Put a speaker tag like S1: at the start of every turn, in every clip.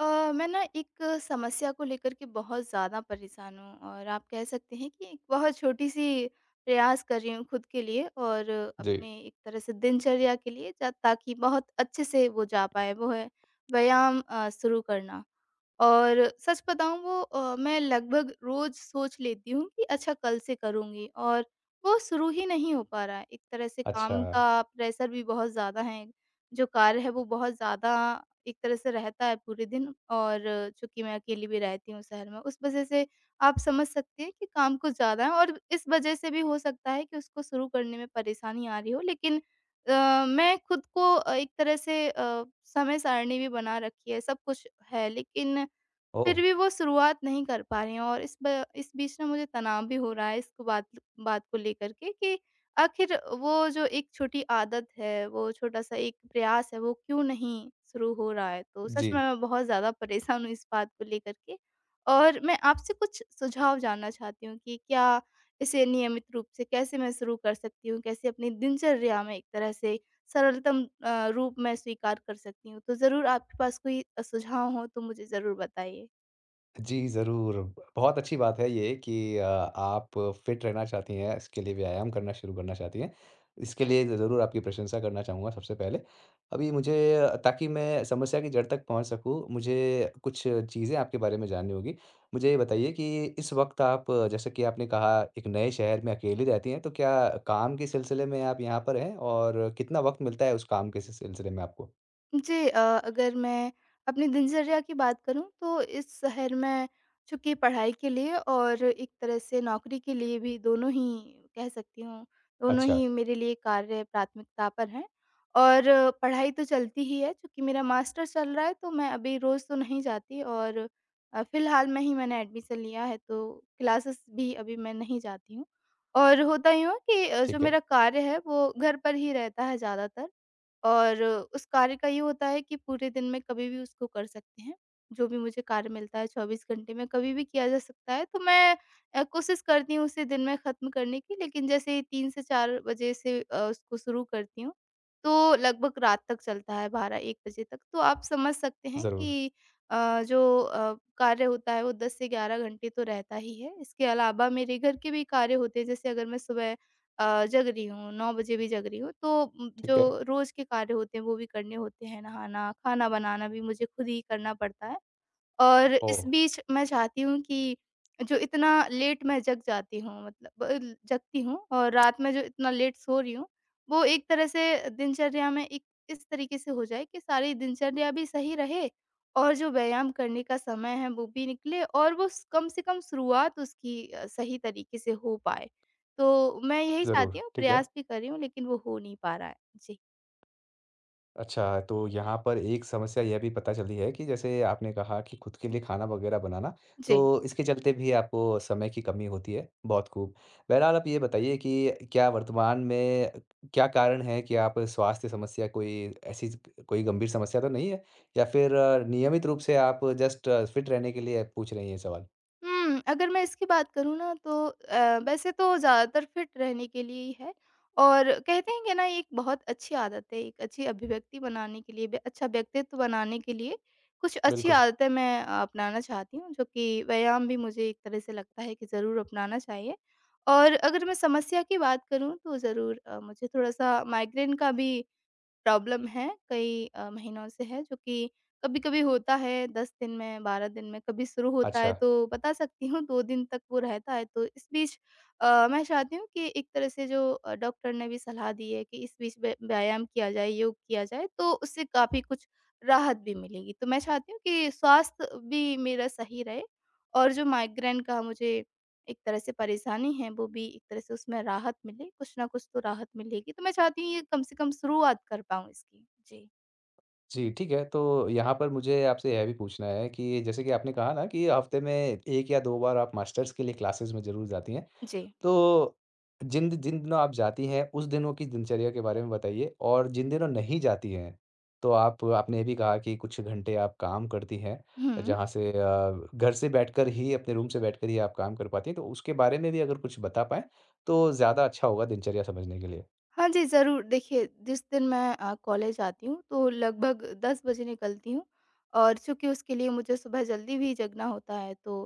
S1: मैं ना एक समस्या को लेकर के बहुत ज़्यादा परेशान हूँ और आप कह सकते हैं कि एक बहुत छोटी-सी प्रयास कर रही हूँ खुद के लिए और
S2: जी,
S1: अपने एक तरह से दिनचर्या के लिए जा, ताकि बहुत अच्छे से वो जा पाए, वो है व्यायाम शुरू करना। और सच बताऊँ वो, मैं लगभग रोज़ सोच लेती हूँ कि अच्छा, कल से करूँगी, और वो शुरू ही नहीं हो पा रहा है। एक तरह से
S2: अच्छा।
S1: काम का प्रेशर भी बहुत ज़्यादा है। जो कार्य है वो बहुत ज़्यादा एक तरह से रहता है पूरे दिन, और चूँकि मैं अकेली भी रहती हूँ शहर में, उस वज़ह से आप समझ सकते हैं कि काम कुछ ज़्यादा है, और इस वज़ह से भी हो सकता है कि उसको शुरू करने में परेशानी आ रही हो। लेकिन मैं खुद को एक तरह से समय सारणी भी बना रखी है, सब कुछ है, लेकिन
S2: ओह!
S1: फिर भी वो शुरुआत नहीं कर पा रहे हैं, और इस बीच ना, मुझे तनाव भी हो रहा है इस बात बात को लेकर के कि आखिर वो जो एक छोटी आदत है, वो छोटा-सा एक प्रयास है, वो क्यों नहीं शुरू हो रहा है। तो सच
S2: जी।
S1: में मैं बहुत ज़्यादा परेशान हूँ इस बात को लेकर के, और मैं आपसे कुछ सुझाव जानना चाहती हूँ कि क्या इसे नियमित रूप से कैसे मैं शुरू कर सकती हूँ? कैसे अपनी दिनचर्या में एक तरह से सरलतम रूप में स्वीकार कर सकती हूँ? तो ज़रूर, आपके पास कोई सुझाव हो तो मुझे ज़रूर बताइए।
S2: जी, ज़रूर। बहुत अच्छी बात है ये कि आप फिट रहना चाहती हैं, इसके लिए व्यायाम करना शुरू करना चाहती हैं। इसके लिए ज़रूर आपकी प्रशंसा करना चाहूँगा सबसे पहले। अभी मुझे ताकि मैं समस्या की जड़ तक पहुँच सकूँ, मुझे कुछ चीज़ें आपके बारे में जाननी होगी। मुझे ये बताइए कि इस वक़्त आप जैसे कि आपने कहा एक नए शहर में अकेली रहती हैं, तो क्या काम के सिलसिले में आप यहाँ पर हैं और कितना वक़्त मिलता है उस काम के सिलसिले में आपको?
S1: जी, अगर मैं अपनी दिनचर्या की बात करूँ तो इस शहर में, चूँकि पढ़ाई के लिए और एक तरह से नौकरी के लिए भी, दोनों ही कह सकती हूँ, दोनों
S2: अच्छा,
S1: ही मेरे लिए कार्य प्राथमिकता पर हैं। और पढ़ाई तो चलती ही है, चूँकि मेरा मास्टर्स चल रहा है, तो मैं अभी रोज़ तो नहीं जाती, और फ़िलहाल में ही मैंने एडमिशन लिया है, तो क्लासेस भी अभी मैं नहीं जाती हूँ। और होता यूँ है कि जो
S2: ठीक है।
S1: मेरा कार्य है वो घर पर ही रहता है ज़्यादातर, और उस कार्य का ये होता है कि पूरे दिन में कभी भी उसको कर सकते हैं। जो भी मुझे कार्य मिलता है 24 घंटे में कभी भी किया जा सकता है। तो मैं कोशिश करती हूँ उसे दिन में ख़त्म करने की, लेकिन जैसे ही 3 से 4 बजे से उसको शुरू करती हूँ, तो लगभग रात तक चलता है, 12-1 बजे तक। तो आप समझ सकते हैं
S2: ज़रूर।
S1: कि जो कार्य होता है वो 10 से 11 घंटे तो रहता ही है। इसके अलावा मेरे घर के भी कार्य होते हैं, जैसे अगर मैं सुबह जग रही हूँ, 9 बजे भी जग रही हूँ, तो जो
S2: ठीक है।
S1: रोज़ के कार्य होते हैं वो भी करने होते हैं, नहाना, खाना बनाना भी मुझे खुद ही करना पड़ता है। और इस
S2: ओह!
S1: बीच मैं चाहती हूँ कि जो इतना लेट मैं जग जाती हूँ, मतलब अ, ल जगती हूँ, और रात में जो इतना लेट सो रही हूँ, वो एक तरह से दिनचर्या में एक इस तरीके से हो जाए कि सारी दिनचर्या भी सही रहे, और जो व्यायाम करने का समय है वो भी निकले, और वो स कम से कम शुरुआत उसकी सही तरीके से हो पाए। तो मैं यही चाहती
S2: ज़रूर,
S1: हूँ,
S2: ठीक है।
S1: प्रयास भी कर रही हूँ, लेकिन वो हो नहीं पा रहा है। जी।
S2: अच्छा, तो यहाँ पर एक समस्या यह भी पता चली है कि जैसे आपने कहा कि खुद के लिए खाना वग़ैरह बनाना,
S1: जी।
S2: तो इसके चलते भी आपको समय की कमी होती है, बहुत खूब। बहरहाल, आप ये बताइए कि क्या वर्तमान में क्या कारण है कि आप स्वास्थ्य समस्या ऐसी कोई गंभीर समस्या तो नहीं है? या फिर नियमित रूप से आप जस्ट फिट रहने के लिए पूछ रही हैं ये सवाल?
S1: अगर मैं इसकी बात करूँ ना, तो वैसे तो ज़्यादातर फिट रहने के लिए ही है, और कहते हैं कि ना, ये एक बहुत अच्छी आदत है, एक अच्छी अभिव्यक्ति बनाने के लिए, अच्छा व्यक्तित्व बनाने के लिए कुछ अच्छी
S2: बिल्कुल,
S1: आदतें मैं अपनाना चाहती हूँ, जो कि व्यायाम भी मुझे एक तरह से लगता है कि ज़रूर अपनाना चाहिए। और अगर मैं समस्या की बात करूँ, तो ज़रूर मुझे थोड़ा-सा माइग्रेन का भी प्रॉब्लम है, कई महीनों से है, जो कि कभी-कभी होता है 10 दिन में, 12 दिन में, कभी शुरू होता है
S2: अच्छा।
S1: तो बता सकती हूँ 2 दिन तक वो रहता है। तो इस बीच मैं चाहती हूँ कि एक तरह से जो डॉक्टर ने भी सलाह दी है कि इस बीच व्यायाम किया जाए, योग किया जाए, तो उससे काफ़ी कुछ राहत भी मिलेगी। तो मैं चाहती हूँ कि स्वास्थ्य भी मेरा सही रहे, और जो माइग्रेन का मुझे एक तरह से परेशानी है, वो भी एक तरह से उसमें राहत मिले, कुछ ना कुछ तो राहत मिलेगी। तो मैं चाहती हूँ ये कम से कम शुरुआत कर पाऊँ इसकी। जी।
S2: जी, ठीक है। तो यहाँ पर मुझे आपसे यह भी पूछना है कि जैसे कि आपने कहा ना कि हफ़्ते में 1 या 2 बार आप मास्टर्स के लिए क्लासेस में ज़रूर जाती हैं।
S1: जी।
S2: तो जिन जिन दिनों आप जाती हैं, उस दिनों की दिनचर्या के बारे में बताइए और जिन दिनों नहीं जाती हैं, तो आप आपने ये भी कहा कि कुछ घंटे आप काम करती हैं,
S1: हुँ।
S2: जहाँ से घर से बैठकर ही अपने रूम से बैठकर ही आप काम कर पाती हैं। तो उसके बारे में भी अगर कुछ बता पाएँ, तो ज़्यादा अच्छा होगा दिनचर्या समझने के लिए।
S1: हाँ जी, ज़रूर। देखिए, जिस दिन मैं कॉलेज आती हूँ, तो लगभग 10 बजे निकलती हूँ, और चूँकि उसके लिए मुझे सुबह जल्दी भी जगना होता है, तो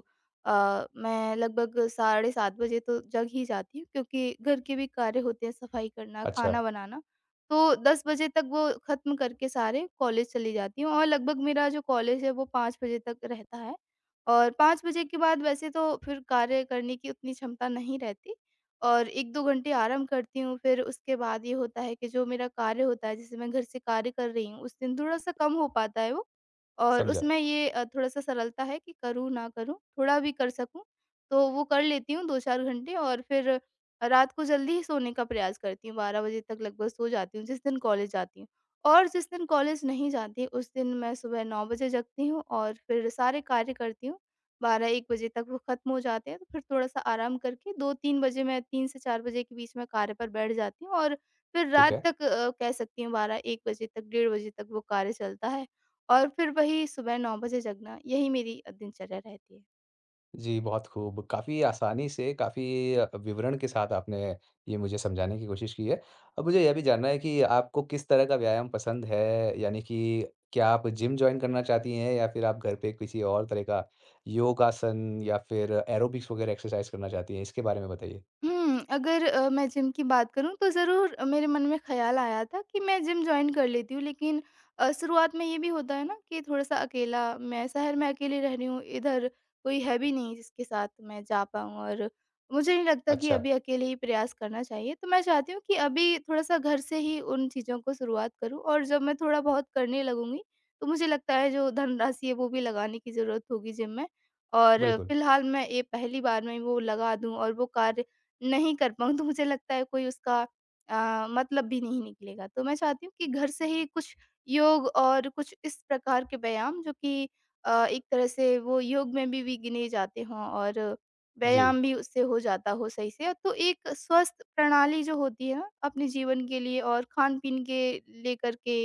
S1: मैं लगभग साढ़े 7 बजे तो जग ही जाती हूँ, क्योंकि घर के भी कार्य होते हैं, सफ़ाई करना,
S2: अच्छा,
S1: खाना बनाना। तो 10 बजे तक वो ख़त्म करके सारे कॉलेज चली जाती हूँ, और लगभग मेरा जो कॉलेज है, वो 5 बजे तक रहता है, और 5 बजे के बाद वैसे तो फिर कार्य करने की उतनी क्षमता नहीं रहती। और 1-2 घंटे आराम करती हूँ, फिर उसके बाद ये होता है कि जो मेरा कार्य होता है, जैसे मैं घर से कार्य कर रही हूँ, उस दिन थोड़ा-सा कम हो पाता है वो, और
S2: समझा।
S1: उसमें ये थोड़ा-सा सरलता है कि करूँ, ना करूँ, थोड़ा भी कर सकूँ, तो वो कर लेती हूँ 2-4 घंटे, और फिर रात को जल्दी ही सोने का प्रयास करती हूँ, 12 बजे तक लगभग सो जाती हूँ, जिस दिन कॉलेज जाती हूँ। और जिस दिन कॉलेज नहीं जाती, उस दिन मैं सुबह 9 बजे जगती हूँ और फिर सारे कार्य करती हूँ। 12-1 बजे तक वो ख़त्म हो जाते हैं, तो फिर थोड़ा-सा आराम करके 2-3 बजे, मैं 3 से 4 बजे के बीच में कार्य पर बैठ जाती हूँ, और फिर
S2: ठीक
S1: रात
S2: है।
S1: तक कह सकती हूँ 12-1 बजे तक, डेढ़ बजे तक वो कार्य चलता है, और फिर वही सुबह 9 बजे जगना, यही मेरी दिनचर्या रहती है।
S2: जी, बहुत खूब। काफ़ी आसानी से, काफ़ी विवरण के साथ आपने ये मुझे समझाने की कोशिश की है। अब मुझे यह भी जानना है कि आपको किस तरह का व्यायाम पसंद है? यानी कि क्या आप जिम जॉइन करना चाहती हैं या फिर आप घर पे किसी और तरह का योगासन या फिर एरोबिक्स वगैरह एक्सरसाइज़ करना चाहती हैं? इसके बारे में बताइए।
S1: अगर मैं जिम की बात करूँ, तो ज़रूर मेरे मन में ख़्याल आया था कि मैं जिम जॉइन कर लेती हूँ, लेकिन शुरुआत में ये भी होता है ना, कि थोड़ा-सा अकेला, मैं शहर में अकेली रह रही हूँ, इधर कोई है भी नहीं जिसके साथ मैं जा पाऊँ, और मुझे नहीं लगता कि
S2: अच्छा,
S1: अभी अकेले ही प्रयास करना चाहिए। तो मैं चाहती हूँ कि अभी थोड़ा-सा घर से ही उन चीज़ों को शुरुआत करूँ, और जब मैं थोड़ा बहुत करने लगूँगी, तो मुझे लगता है जो धनराशि है वो भी लगाने की ज़रूरत होगी जिम में, और
S2: बिल्कुल।
S1: फ़िलहाल मैं ये पहली बार में वो लगा दूँ, और वो कार्य नहीं कर पाऊँ, तो मुझे लगता है कोई उसका मतलब भी नहीं निकलेगा। तो मैं चाहती हूँ कि घर से ही कुछ योग और कुछ इस प्रकार के व्यायाम जो कि एक तरह से वो योग में भी गिने जाते हों, और
S2: जी,
S1: व्यायाम भी उससे हो जाता हो सही से। तो एक स्वस्थ प्रणाली जो होती है ना, अपने जीवन के लिए और खान-पीन के लेकर के,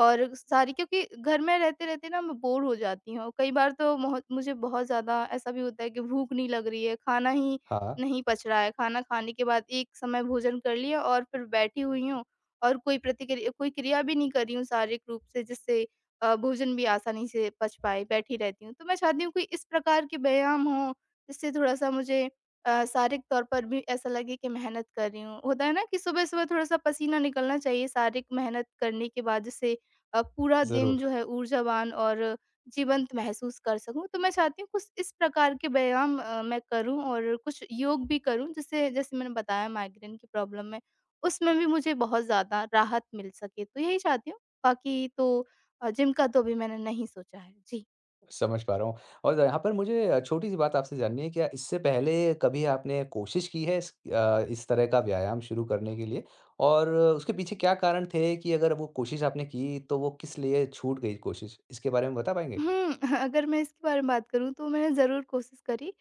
S1: और सारी, क्योंकि घर में रहते-रहते ना मैं बोर हो जाती हूँ। कई बार तो मोह मुझे बहुत ज़्यादा ऐसा भी होता है कि भूख नहीं लग रही है, खाना ही
S2: हाँ,
S1: नहीं पच रहा है, खाना खाने के बाद एक समय भोजन कर लिया, और फिर बैठी हुई हूँ, और कोई प्रतिक्रिया, कोई क्रिया भी नहीं कर रही हूँ शारीरिक रूप से, जिससे भोजन भी आसानी से पच पाए, बैठी रहती हूँ। तो मैं चाहती हूँ कोई इस प्रकार के व्यायाम हों, जिससे थोड़ा-सा मुझे शारीरिक तौर पर भी ऐसा लगे कि मेहनत कर रही हूँ। होता है ना, कि सुबह-सुबह थोड़ा-सा पसीना निकलना चाहिए शारीरिक मेहनत करने के बाद, जिससे पूरा दिन
S2: ज़रूर।
S1: जो है ऊर्जावान और जीवंत महसूस कर सकूँ। तो मैं चाहती हूँ कुछ इस प्रकार के व्यायाम मैं करूँ, और कुछ योग भी करूँ, जिससे जैसे मैंने बताया, माइग्रेन की प्रॉब्लम में उसमें भी मुझे बहुत ज़्यादा राहत मिल सके। तो यही चाहती हूँ, बाकी तो जिम का तो अभी मैंने नहीं सोचा है। जी।
S2: समझ पा रहा हूँ और यहाँ पर मुझे छोटी-सी बात आपसे जाननी है, क्या इससे पहले कभी आपने कोशिश की है इस तरह का व्यायाम शुरू करने के लिए? और उसके पीछे क्या कारण थे कि अगर वो कोशिश आपने की, तो वो किस लिए छूट गई कोशिश? इसके बारे में बता पाएँगे?
S1: हुँ, अगर मैं इसके बारे में बात करूँ, तो मैंने ज़रूर कोशिश करी,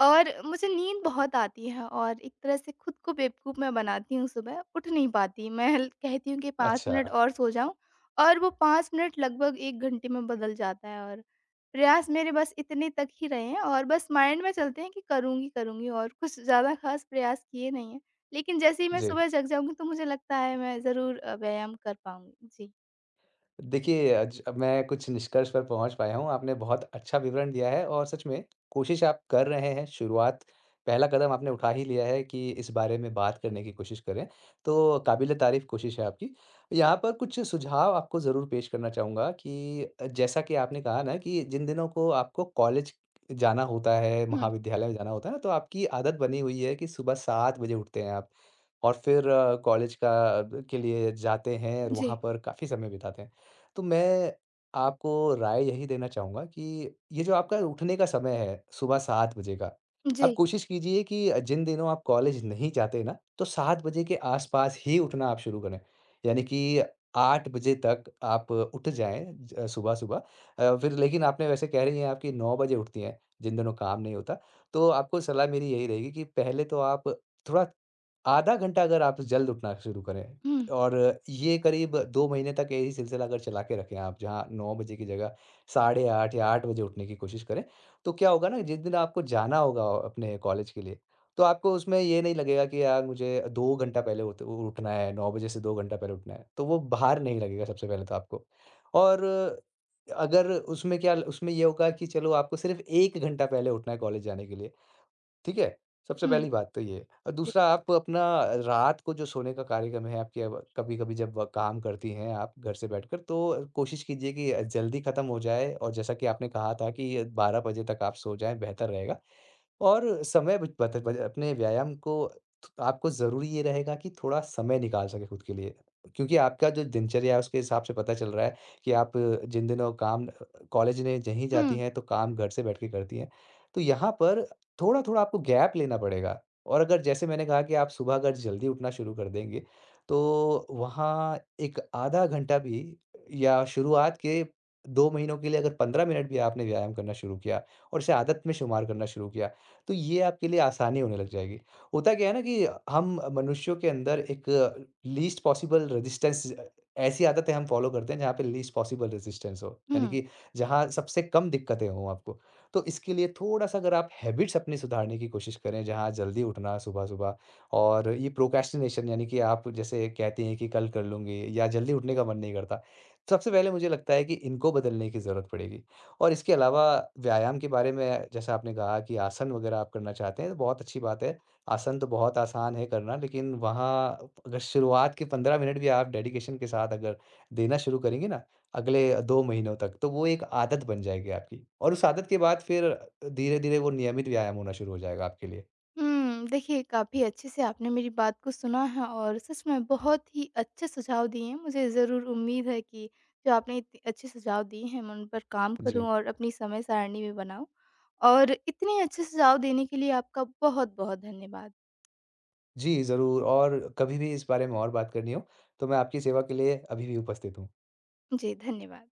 S1: और मुझे नींद बहुत आती है, और एक तरह से खुद को बेवकूफ़ मैं बनाती हूँ सुबह, उठ नहीं पाती। मैं ल कहती हूँ कि 5
S2: अच्छा,
S1: मिनट और सो जाऊँ, और वो 5 मिनट लगभग 1 घंटे में बदल जाता है, और प्रयास मेरे बस इतने तक ही रहे हैं, और बस माइंड में चलते हैं कि करूँगी, करूँगी, और कुछ ज़्यादा ख़ास प्रयास किए नहीं हैं। लेकिन जैसे ही मैं
S2: जी।
S1: सुबह जग जाऊँगी, तो मुझे लगता है मैं ज़रूर व्यायाम कर पाऊँगी। जी।
S2: देखिए, आज अब मैं कुछ निष्कर्ष पर पहुँच पाया हूँ, आपने बहुत अच्छा विवरण दिया है और सच में कोशिश आप कर रहे हैं, शुरुआत पहला कदम आपने उठा ही लिया है कि इस बारे में बात करने की कोशिश करें, तो काबिल-ए-तारीफ़ कोशिश है आपकी। यहाँ पर कुछ सुझाव आपको ज़रूर पेश करना चाहूँगा कि जैसा कि आपने कहा ना कि जिन दिनों को आपको कॉलेज जाना होता है,
S1: हुँ।
S2: महाविद्यालय में जाना होता है ना, तो आपकी आदत बनी हुई है कि सुबह 7 बजे उठते हैं आप। और फिर कॉलेज का ब के लिए जाते हैं और वहाँ
S1: जी,
S2: पर काफ़ी समय बिताते हैं। तो मैं आपको राय यही देना चाहूँगा कि ये जो आपका उठने का समय है, सुबह 7 बजे का,
S1: जी।
S2: आप कोशिश कीजिए कि जिन दिनों आप कॉलेज नहीं जाते ना, तो 7 बजे के आस-पास ही उठना आप शुरू करें। यानी कि 8 बजे तक आप उठ जाएँ ज सुबह-सुबह फिर लेकिन आपने वैसे कह रही हैं आपकी 9 बजे उठती हैं, जिन दिनों काम नहीं होता। तो आपको सलाह मेरी यही रहेगी कि पहले तो आप थोड़ा आधा घंटा अगर आप जल्द उठना शुरू करें
S1: हुँ,
S2: और ये करीब 2 महीने तक यही सिलसिला अगर चला के रखें आप जहाँ 9 बजे की जगह साढ़े 8 या 8 बजे उठने की कोशिश करें, तो क्या होगा ना जिस दिन आपको जाना होगा अपने कॉलेज के लिए, तो आपको उसमें ये नहीं लगेगा कि यार मुझे 2 घंटा पहले उठ उठना है, 9 बजे से 2 घंटा पहले उठना है, तो वो भार नहीं लगेगा सबसे पहले तो आपको। और अगर उसमें ये होगा कि चलो आपको सिर्फ़ 1 घंटा पहले उठना है कॉलेज जाने के लिए। ठीक है? सबसे
S1: हुँ।
S2: पहली बात तो ये। और
S1: जी।
S2: दूसरा आप अपना रात को जो सोने का कार्यक्रम है आपके, अब कभी-कभी जब व काम करती हैं आप घर से बैठकर, तो कोशिश कीजिए कि जल्दी ख़त्म हो जाए और जैसा कि आपने कहा था कि 12 बजे तक आप सो जाएँ बेहतर रहेगा। और समय बच अपने व्यायाम को, तो आपको ज़रूरी ये रहेगा कि थोड़ा समय निकाल सकें खुद के लिए। क्योंकि आपका जो दिनचर्या है उसके हिसाब से पता चल रहा है कि आप जिन दिनों काम कॉलेज में नहीं जाती
S1: हुँ,
S2: हैं तो काम घर से बैठ के करती हैं। तो यहाँ पर थोड़ा-थोड़ा आपको गैप लेना पड़ेगा और अगर जैसे मैंने कहा कि आप सुबह अगर जल्दी उठना शुरू कर देंगे, तो वहाँ एक आधा घंटा भी या शुरुआत के 2 महीनों के लिए अगर 15 मिनट भी आपने व्यायाम करना शुरू किया और इसे आदत में शुमार करना शुरू किया, तो ये आपके लिए आसानी होने लग जाएगी। होता क्या है ना कि हम मनुष्यों के अंदर एक लीस्ट पॉसिबल रेजिस्टेंस, ऐसी आदतें हम फॉलो करते हैं जहाँ पे लीस्ट पॉसिबल रेजिस्टेंस हो, यानी
S1: हुँ,
S2: कि जहाँ सबसे कम दिक्कतें हों आपको। तो इसके लिए थोड़ा-सा अगर आप हैबिट्स अपनी सुधारने की कोशिश करें, जहाँ जल्दी उठना सुबह-सुबह और ये प्रोक्रेस्टिनेशन, यानी कि आप जैसे कहती हैं कि कल कर लूँगी या जल्दी उठने का मन नहीं करता। सबसे पहले मुझे लगता है कि इनको बदलने की ज़रूरत पड़ेगी। और इसके अलावा व्यायाम के बारे में जैसा आपने कहा कि आसन वगैरह आप करना चाहते हैं, तो बहुत अच्छी बात है। आसन तो बहुत आसान है करना, लेकिन वहाँ अगर शुरुआत के 15 मिनट भी आप डेडिकेशन के साथ अगर देना शुरू करेंगे ना, अगले 2 महीनों तक, तो वो एक आदत बन जाएगी आपकी। और उस आदत के बाद फिर धीरे-धीरे वो नियमित व्यायाम होना शुरू हो जाएगा आपके लिए।
S1: हुँ। देखिए, काफ़ी अच्छे से आपने मेरी बात को सुना है, और सच में बहुत ही अच्छे सुझाव दिए हैं। मुझे ज़रूर उम्मीद है कि जो आपने इतने अच्छे सुझाव दिए हैं, मैं उन पर काम करूँ
S2: जी।
S1: और अपनी समय सारिणी भी बनाऊँ। और इतने अच्छे सुझाव देने के लिए आपका बहुत-बहुत धन्यवाद।
S2: जी, ज़रूर, और कभी भी इस बारे में और बात करनी हो, तो मैं आपकी सेवा के लिए अभी भी उपस्थित हूँ।
S1: जी, धन्यवाद।